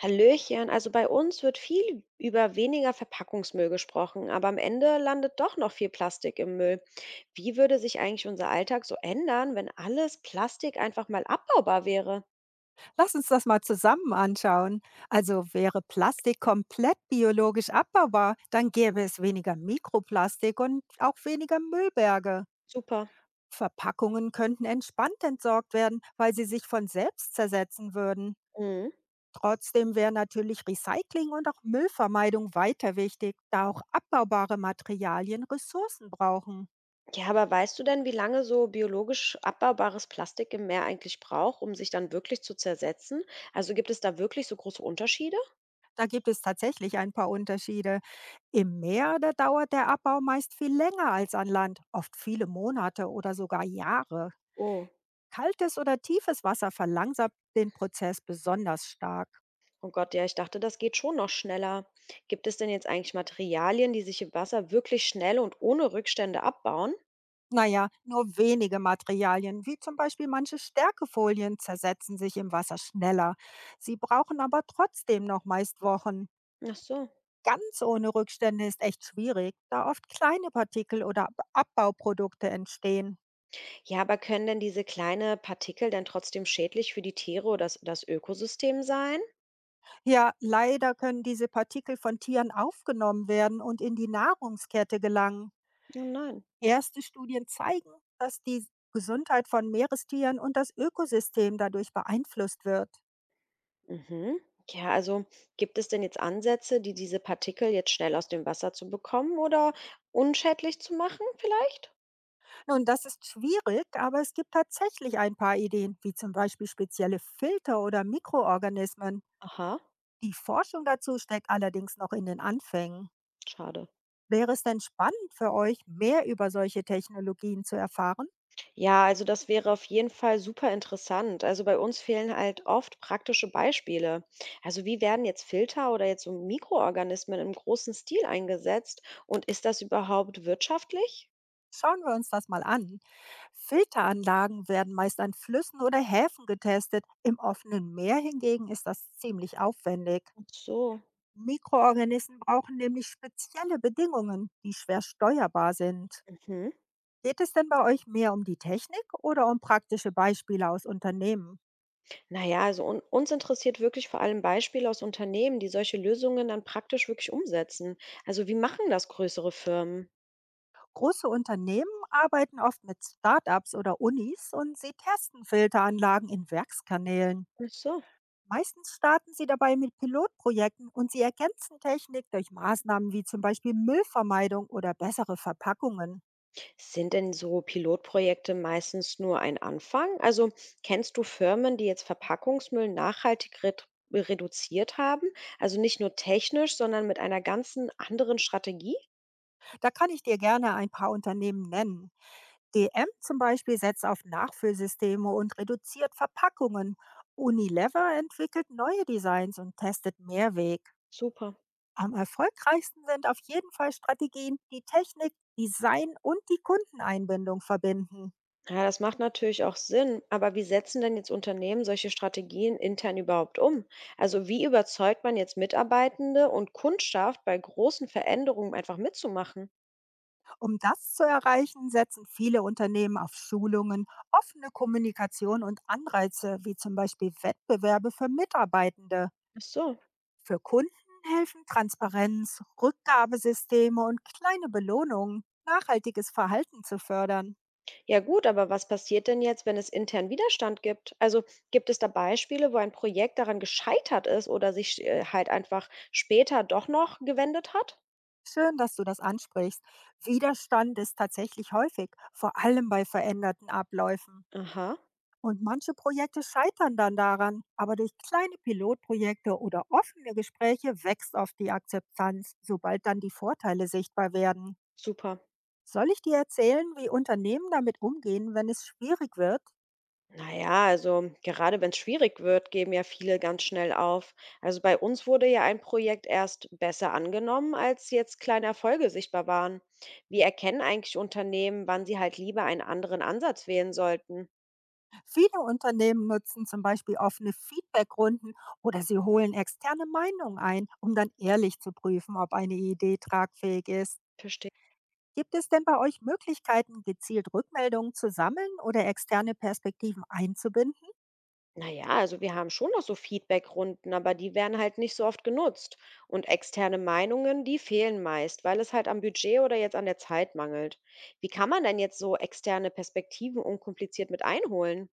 Hallöchen, also bei uns wird viel über weniger Verpackungsmüll gesprochen, aber am Ende landet doch noch viel Plastik im Müll. Wie würde sich eigentlich unser Alltag so ändern, wenn alles Plastik einfach mal abbaubar wäre? Lass uns das mal zusammen anschauen. Also wäre Plastik komplett biologisch abbaubar, dann gäbe es weniger Mikroplastik und auch weniger Müllberge. Super. Verpackungen könnten entspannt entsorgt werden, weil sie sich von selbst zersetzen würden. Mhm. Trotzdem wäre natürlich Recycling und auch Müllvermeidung weiter wichtig, da auch abbaubare Materialien Ressourcen brauchen. Ja, aber weißt du denn, wie lange so biologisch abbaubares Plastik im Meer eigentlich braucht, um sich dann wirklich zu zersetzen? Also gibt es da wirklich so große Unterschiede? Da gibt es tatsächlich ein paar Unterschiede. Im Meer, da dauert der Abbau meist viel länger als an Land, oft viele Monate oder sogar Jahre. Oh. Kaltes oder tiefes Wasser verlangsamt den Prozess besonders stark. Oh Gott, ja, ich dachte, das geht schon noch schneller. Gibt es denn jetzt eigentlich Materialien, die sich im Wasser wirklich schnell und ohne Rückstände abbauen? Naja, nur wenige Materialien, wie zum Beispiel manche Stärkefolien, zersetzen sich im Wasser schneller. Sie brauchen aber trotzdem noch meist Wochen. Ach so. Ganz ohne Rückstände ist echt schwierig, da oft kleine Partikel oder Abbauprodukte entstehen. Ja, aber können denn diese kleinen Partikel denn trotzdem schädlich für die Tiere oder das Ökosystem sein? Ja, leider können diese Partikel von Tieren aufgenommen werden und in die Nahrungskette gelangen. Oh nein. Erste Studien zeigen, dass die Gesundheit von Meerestieren und das Ökosystem dadurch beeinflusst wird. Mhm. Ja, also gibt es denn jetzt Ansätze, die diese Partikel jetzt schnell aus dem Wasser zu bekommen oder unschädlich zu machen vielleicht? Nun, das ist schwierig, aber es gibt tatsächlich ein paar Ideen, wie zum Beispiel spezielle Filter oder Mikroorganismen. Aha, Die Forschung dazu steckt allerdings noch in den Anfängen. schade. Wäre es denn spannend für euch, mehr über solche Technologien zu erfahren? Ja, also das wäre auf jeden Fall super interessant. Also bei uns fehlen halt oft praktische Beispiele. Also wie werden jetzt Filter oder jetzt so Mikroorganismen im großen Stil eingesetzt und ist das überhaupt wirtschaftlich? Schauen wir uns das mal an. Filteranlagen werden meist an Flüssen oder Häfen getestet. Im offenen Meer hingegen ist das ziemlich aufwendig. Ach so. Mikroorganismen brauchen nämlich spezielle Bedingungen, die schwer steuerbar sind. Mhm. Geht es denn bei euch mehr um die Technik oder um praktische Beispiele aus Unternehmen? Naja, also un uns interessiert wirklich vor allem Beispiele aus Unternehmen, die solche Lösungen dann praktisch wirklich umsetzen. Also wie machen das größere Firmen? Große Unternehmen arbeiten oft mit Startups oder Unis und sie testen Filteranlagen in Werkskanälen. Ach so. Meistens starten sie dabei mit Pilotprojekten und sie ergänzen Technik durch Maßnahmen wie zum Beispiel Müllvermeidung oder bessere Verpackungen. Sind denn so Pilotprojekte meistens nur ein Anfang? Also kennst du Firmen, die jetzt Verpackungsmüll nachhaltig reduziert haben? Also nicht nur technisch, sondern mit einer ganzen anderen Strategie? Da kann ich dir gerne ein paar Unternehmen nennen. DM zum Beispiel setzt auf Nachfüllsysteme und reduziert Verpackungen. Unilever entwickelt neue Designs und testet Mehrweg. Super. Am erfolgreichsten sind auf jeden Fall Strategien, die Technik, Design und die Kundeneinbindung verbinden. Ja, das macht natürlich auch Sinn. Aber wie setzen denn jetzt Unternehmen solche Strategien intern überhaupt um? Also wie überzeugt man jetzt Mitarbeitende und Kundschaft bei großen Veränderungen einfach mitzumachen? Um das zu erreichen, setzen viele Unternehmen auf Schulungen, offene Kommunikation und Anreize, wie zum Beispiel Wettbewerbe für Mitarbeitende. Ach so. Für Kunden helfen Transparenz, Rückgabesysteme und kleine Belohnungen, nachhaltiges Verhalten zu fördern. Ja gut, aber was passiert denn jetzt, wenn es intern Widerstand gibt? Also gibt es da Beispiele, wo ein Projekt daran gescheitert ist oder sich halt einfach später doch noch gewendet hat? Schön, dass du das ansprichst. Widerstand ist tatsächlich häufig, vor allem bei veränderten Abläufen. Aha, Und manche Projekte scheitern dann daran, aber durch kleine Pilotprojekte oder offene Gespräche wächst oft die Akzeptanz, sobald dann die Vorteile sichtbar werden. super. Soll ich dir erzählen, wie Unternehmen damit umgehen, wenn es schwierig wird? Naja, also gerade wenn es schwierig wird, geben ja viele ganz schnell auf. Also bei uns wurde ja ein Projekt erst besser angenommen, als jetzt kleine Erfolge sichtbar waren. Wie erkennen eigentlich Unternehmen, wann sie halt lieber einen anderen Ansatz wählen sollten? Viele Unternehmen nutzen zum Beispiel offene Feedbackrunden oder sie holen externe Meinungen ein, um dann ehrlich zu prüfen, ob eine Idee tragfähig ist. Verstehe. Gibt es denn bei euch Möglichkeiten, gezielt Rückmeldungen zu sammeln oder externe Perspektiven einzubinden? Na ja, also wir haben schon noch so Feedbackrunden, aber die werden halt nicht so oft genutzt. Und externe Meinungen, die fehlen meist, weil es halt am Budget oder jetzt an der Zeit mangelt. Wie kann man denn jetzt so externe Perspektiven unkompliziert mit einholen?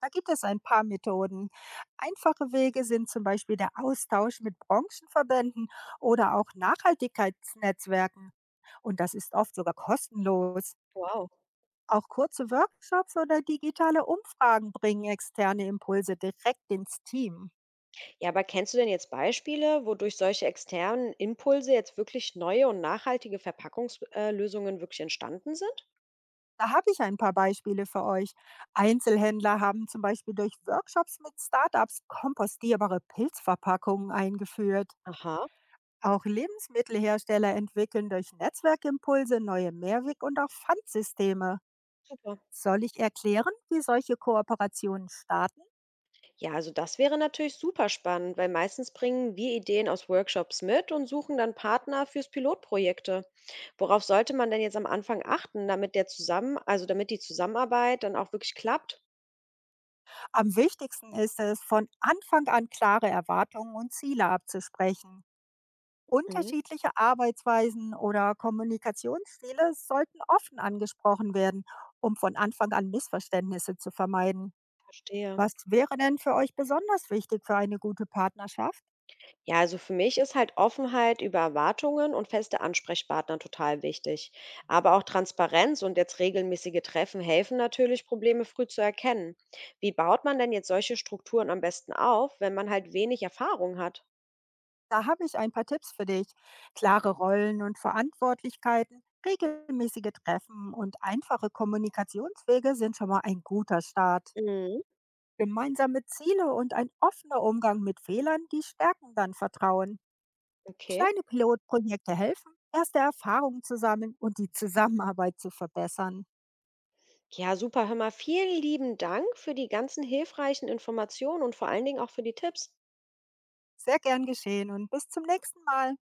Da gibt es ein paar Methoden. Einfache Wege sind zum Beispiel der Austausch mit Branchenverbänden oder auch Nachhaltigkeitsnetzwerken. Und das ist oft sogar kostenlos. Wow. Auch kurze Workshops oder digitale Umfragen bringen externe Impulse direkt ins Team. Ja, aber kennst du denn jetzt Beispiele, wodurch solche externen Impulse jetzt wirklich neue und nachhaltige Verpackungslösungen wirklich entstanden sind? Da habe ich ein paar Beispiele für euch. Einzelhändler haben zum Beispiel durch Workshops mit Startups kompostierbare Pilzverpackungen eingeführt. Aha, Auch Lebensmittelhersteller entwickeln durch Netzwerkimpulse neue Mehrweg- und auch Pfandsysteme. super. Soll ich erklären, wie solche Kooperationen starten? Ja, also das wäre natürlich super spannend, weil meistens bringen wir Ideen aus Workshops mit und suchen dann Partner fürs Pilotprojekte. Worauf sollte man denn jetzt am Anfang achten, damit der zusammen, also damit die Zusammenarbeit dann auch wirklich klappt? Am wichtigsten ist es, von Anfang an klare Erwartungen und Ziele abzusprechen. Mhm, Unterschiedliche Arbeitsweisen oder Kommunikationsstile sollten offen angesprochen werden, um von Anfang an Missverständnisse zu vermeiden. verstehe. Was wäre denn für euch besonders wichtig für eine gute Partnerschaft? Ja, also für mich ist halt Offenheit über Erwartungen und feste Ansprechpartner total wichtig. Aber auch Transparenz und jetzt regelmäßige Treffen helfen natürlich, Probleme früh zu erkennen. Wie baut man denn jetzt solche Strukturen am besten auf, wenn man halt wenig Erfahrung hat? Da habe ich ein paar Tipps für dich. Klare Rollen und Verantwortlichkeiten, regelmäßige Treffen und einfache Kommunikationswege sind schon mal ein guter Start. Mhm, Gemeinsame Ziele und ein offener Umgang mit Fehlern, die stärken dann Vertrauen. okay. Kleine Pilotprojekte helfen, erste Erfahrungen zu sammeln und die Zusammenarbeit zu verbessern. Ja, super. Hör mal, vielen lieben Dank für die ganzen hilfreichen Informationen und vor allen Dingen auch für die Tipps. Sehr gern geschehen und bis zum nächsten Mal.